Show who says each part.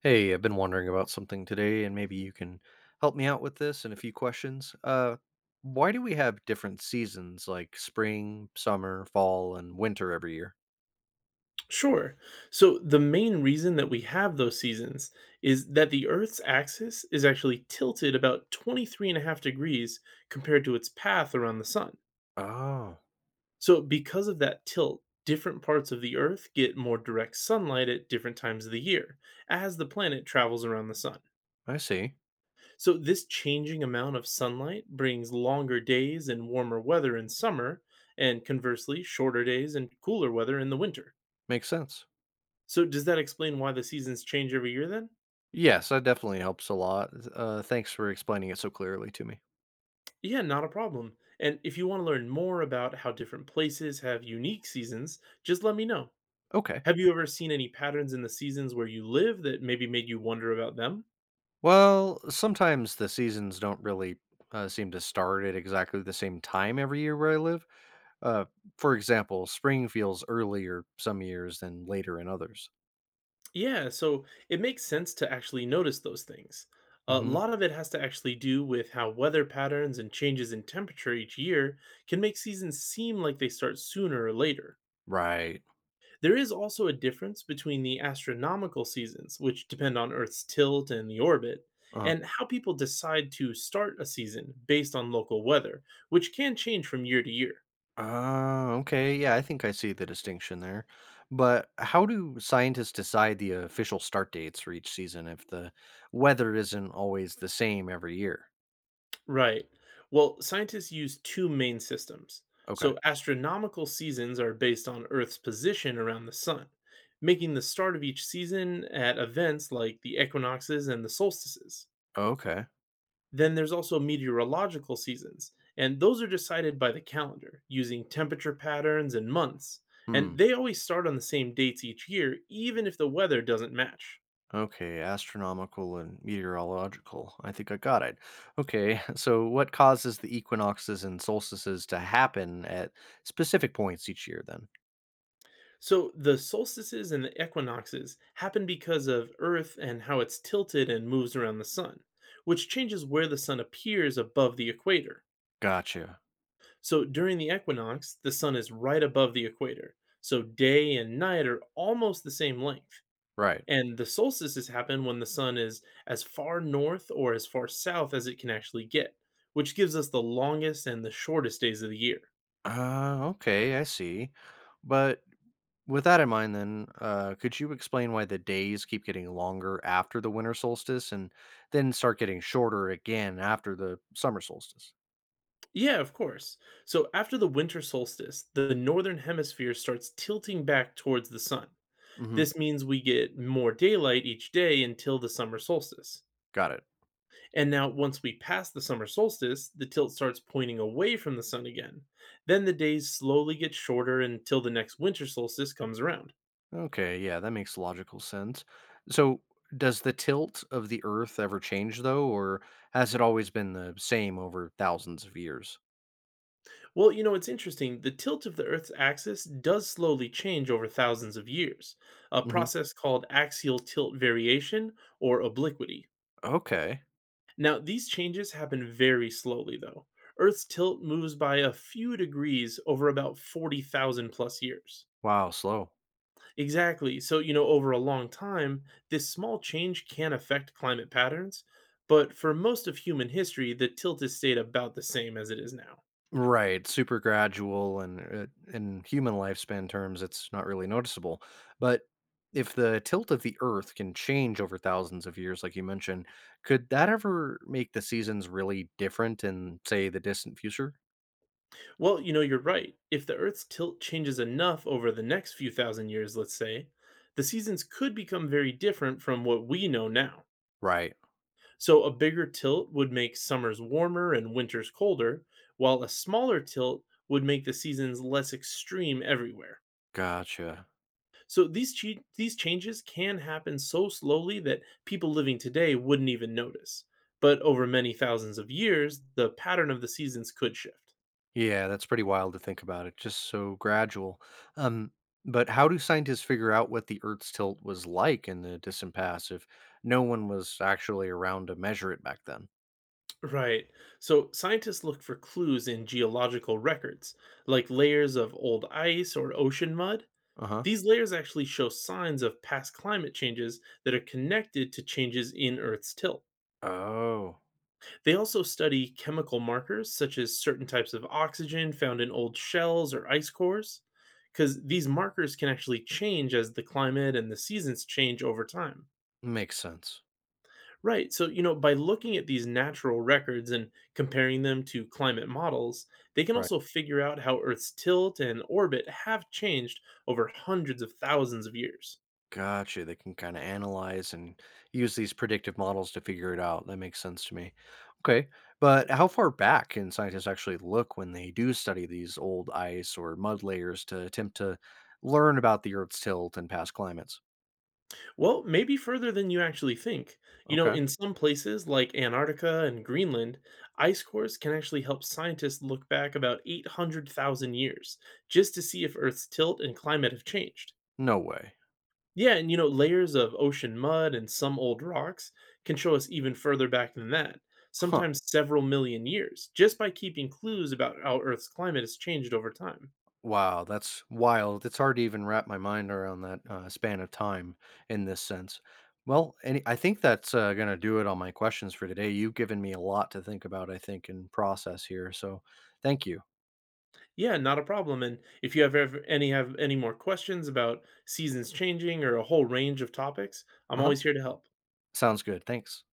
Speaker 1: Hey, I've been wondering about something today, and maybe you can help me out with this and a few questions. Why do we have different seasons like spring, summer, fall, and winter every year?
Speaker 2: Sure. So the main reason that we have those seasons is that the Earth's axis is actually tilted about 23.5 degrees compared to its path around the sun.
Speaker 1: Oh,
Speaker 2: So because of that tilt, different parts of the Earth get more direct sunlight at different times of the year as the planet travels around the sun.
Speaker 1: I see.
Speaker 2: So this changing amount of sunlight brings longer days and warmer weather in summer and conversely shorter days and cooler weather in the winter.
Speaker 1: Makes sense.
Speaker 2: So does that explain why the seasons change every year then?
Speaker 1: Yes, that definitely helps a lot. Thanks for explaining it so clearly to me.
Speaker 2: Yeah, not a problem. And if you want to learn more about how different places have unique seasons, just let me know.
Speaker 1: Okay.
Speaker 2: Have you ever seen any patterns in the seasons where you live that maybe made you wonder about them?
Speaker 1: Well, sometimes the seasons don't really seem to start at exactly the same time every year where I live. Uh, for example, spring feels earlier some years than later in others.
Speaker 2: Yeah, so it makes sense to actually notice those things. A lot of it has to actually do with how weather patterns and changes in temperature each year can make seasons seem like they start sooner or later.
Speaker 1: Right.
Speaker 2: There is also a difference between the astronomical seasons, which depend on Earth's tilt and the orbit,
Speaker 1: Uh,
Speaker 2: and how people decide to start a season based on local weather, which can change from year to year.
Speaker 1: okay. Yeah, I think I see the distinction there. But how do scientists decide the official start dates for each season if the weather isn't always the same every year?
Speaker 2: Right. Well, scientists use two main systems.
Speaker 1: Okay.
Speaker 2: So, astronomical seasons are based on Earth's position around the sun, making the start of each season at events like the equinoxes and the solstices.
Speaker 1: Okay.
Speaker 2: Then there's also meteorological seasons, and those are decided by the calendar using temperature patterns and months.
Speaker 1: Hmm.
Speaker 2: And they always start on the same dates each year, even if the weather doesn't match.
Speaker 1: Okay. Astronomical and meteorological. I think I got it. Okay. So, what causes the equinoxes and solstices to happen at specific points each year then?
Speaker 2: So the solstices and the equinoxes happen because of Earth and how it's tilted and moves around the sun, which changes where the sun appears above the equator.
Speaker 1: Gotcha.
Speaker 2: So during the equinox, the sun is right above the equator, so day and night are almost the same length.
Speaker 1: Right.
Speaker 2: And the solstices happen when the sun is as far north or as far south as it can actually get, which gives us the longest and the shortest days of the year.
Speaker 1: Okay. I see. But With that in mind, then, could you explain why the days keep getting longer after the winter solstice and then start getting shorter again after the summer solstice?
Speaker 2: Yeah, of course. So after the winter solstice, the northern hemisphere starts tilting back towards the sun.
Speaker 1: Hmm.
Speaker 2: This means we get more daylight each day until the summer solstice.
Speaker 1: Got it.
Speaker 2: And now, once we pass the summer solstice, the tilt starts pointing away from the sun again. Then the days slowly get shorter until the next winter solstice comes around.
Speaker 1: Okay, yeah, that makes logical sense. So, does the tilt of the Earth ever change, though, or has it always been the same over thousands of years?
Speaker 2: Well, you know, it's interesting. The tilt of the Earth's axis does slowly change over thousands of years, a
Speaker 1: Hmm.
Speaker 2: process called axial tilt variation or obliquity.
Speaker 1: Okay.
Speaker 2: Now, these changes happen very slowly, though. Earth's tilt moves by a few degrees over about 40,000 plus years.
Speaker 1: Wow, slow.
Speaker 2: Exactly. So, you know, over a long time, this small change can affect climate patterns, but for most of human history, the tilt has stayed about the same as it is now.
Speaker 1: Right, super gradual and in human lifespan terms, it's not really noticeable. But if the tilt of the Earth can change over thousands of years, like you mentioned, could that ever make the seasons really different in, say, the distant future?
Speaker 2: Well, you know, you're right. If the Earth's tilt changes enough over the next few thousand years, let's say, the seasons could become very different from what we know now.
Speaker 1: Right,
Speaker 2: So, a bigger tilt would make summers warmer and winters colder, while a smaller tilt would make the seasons less extreme everywhere.
Speaker 1: gotcha.
Speaker 2: So, these changes can happen so slowly that people living today wouldn't even notice. But over many thousands of years, the pattern of the seasons could shift.
Speaker 1: Yeah, that's pretty wild to think about. It's just so gradual. Um, but how do scientists figure out what the Earth's tilt was like in the distant past if no one was actually around to measure it back then?
Speaker 2: Right. So scientists look for clues in geological records, like layers of old ice or ocean mud.
Speaker 1: Uh huh.
Speaker 2: These layers actually show signs of past climate changes that are connected to changes in Earth's tilt.
Speaker 1: Oh.
Speaker 2: They also study chemical markers, such as certain types of oxygen found in old shells or ice cores, because these markers can actually change as the climate and the seasons change over time.
Speaker 1: Makes sense.
Speaker 2: Right. So, you know, by looking at these natural records and comparing them to climate models, they can
Speaker 1: Right.
Speaker 2: also figure out how Earth's tilt and orbit have changed over hundreds of thousands of years.
Speaker 1: Gotcha. They can kind of analyze and use these predictive models to figure it out. That makes sense to me. Okay. But how far back can scientists actually look when they do study these old ice or mud layers to attempt to learn about the Earth's tilt and past climates?
Speaker 2: Well, maybe further than you actually think. You know,
Speaker 1: Okay.
Speaker 2: in some places like Antarctica and Greenland, ice cores can actually help scientists look back about 800,000 years just to see if Earth's tilt and climate have changed.
Speaker 1: No way.
Speaker 2: Yeah, and you know, layers of ocean mud and some old rocks can show us even further back than that,
Speaker 1: Huh.
Speaker 2: sometimes several million years, just by keeping clues about how Earth's climate has changed over time.
Speaker 1: Wow, that's wild. It's hard to even wrap my mind around that span of time in this sense. Well, I think that's going to do it on my questions for today. You've given me a lot to think about, I think, and process here. So thank you.
Speaker 2: Yeah, not a problem. And if you have any more questions about seasons changing or a whole range of topics, I'm
Speaker 1: Uh huh.
Speaker 2: always here to help.
Speaker 1: Sounds good. Thanks.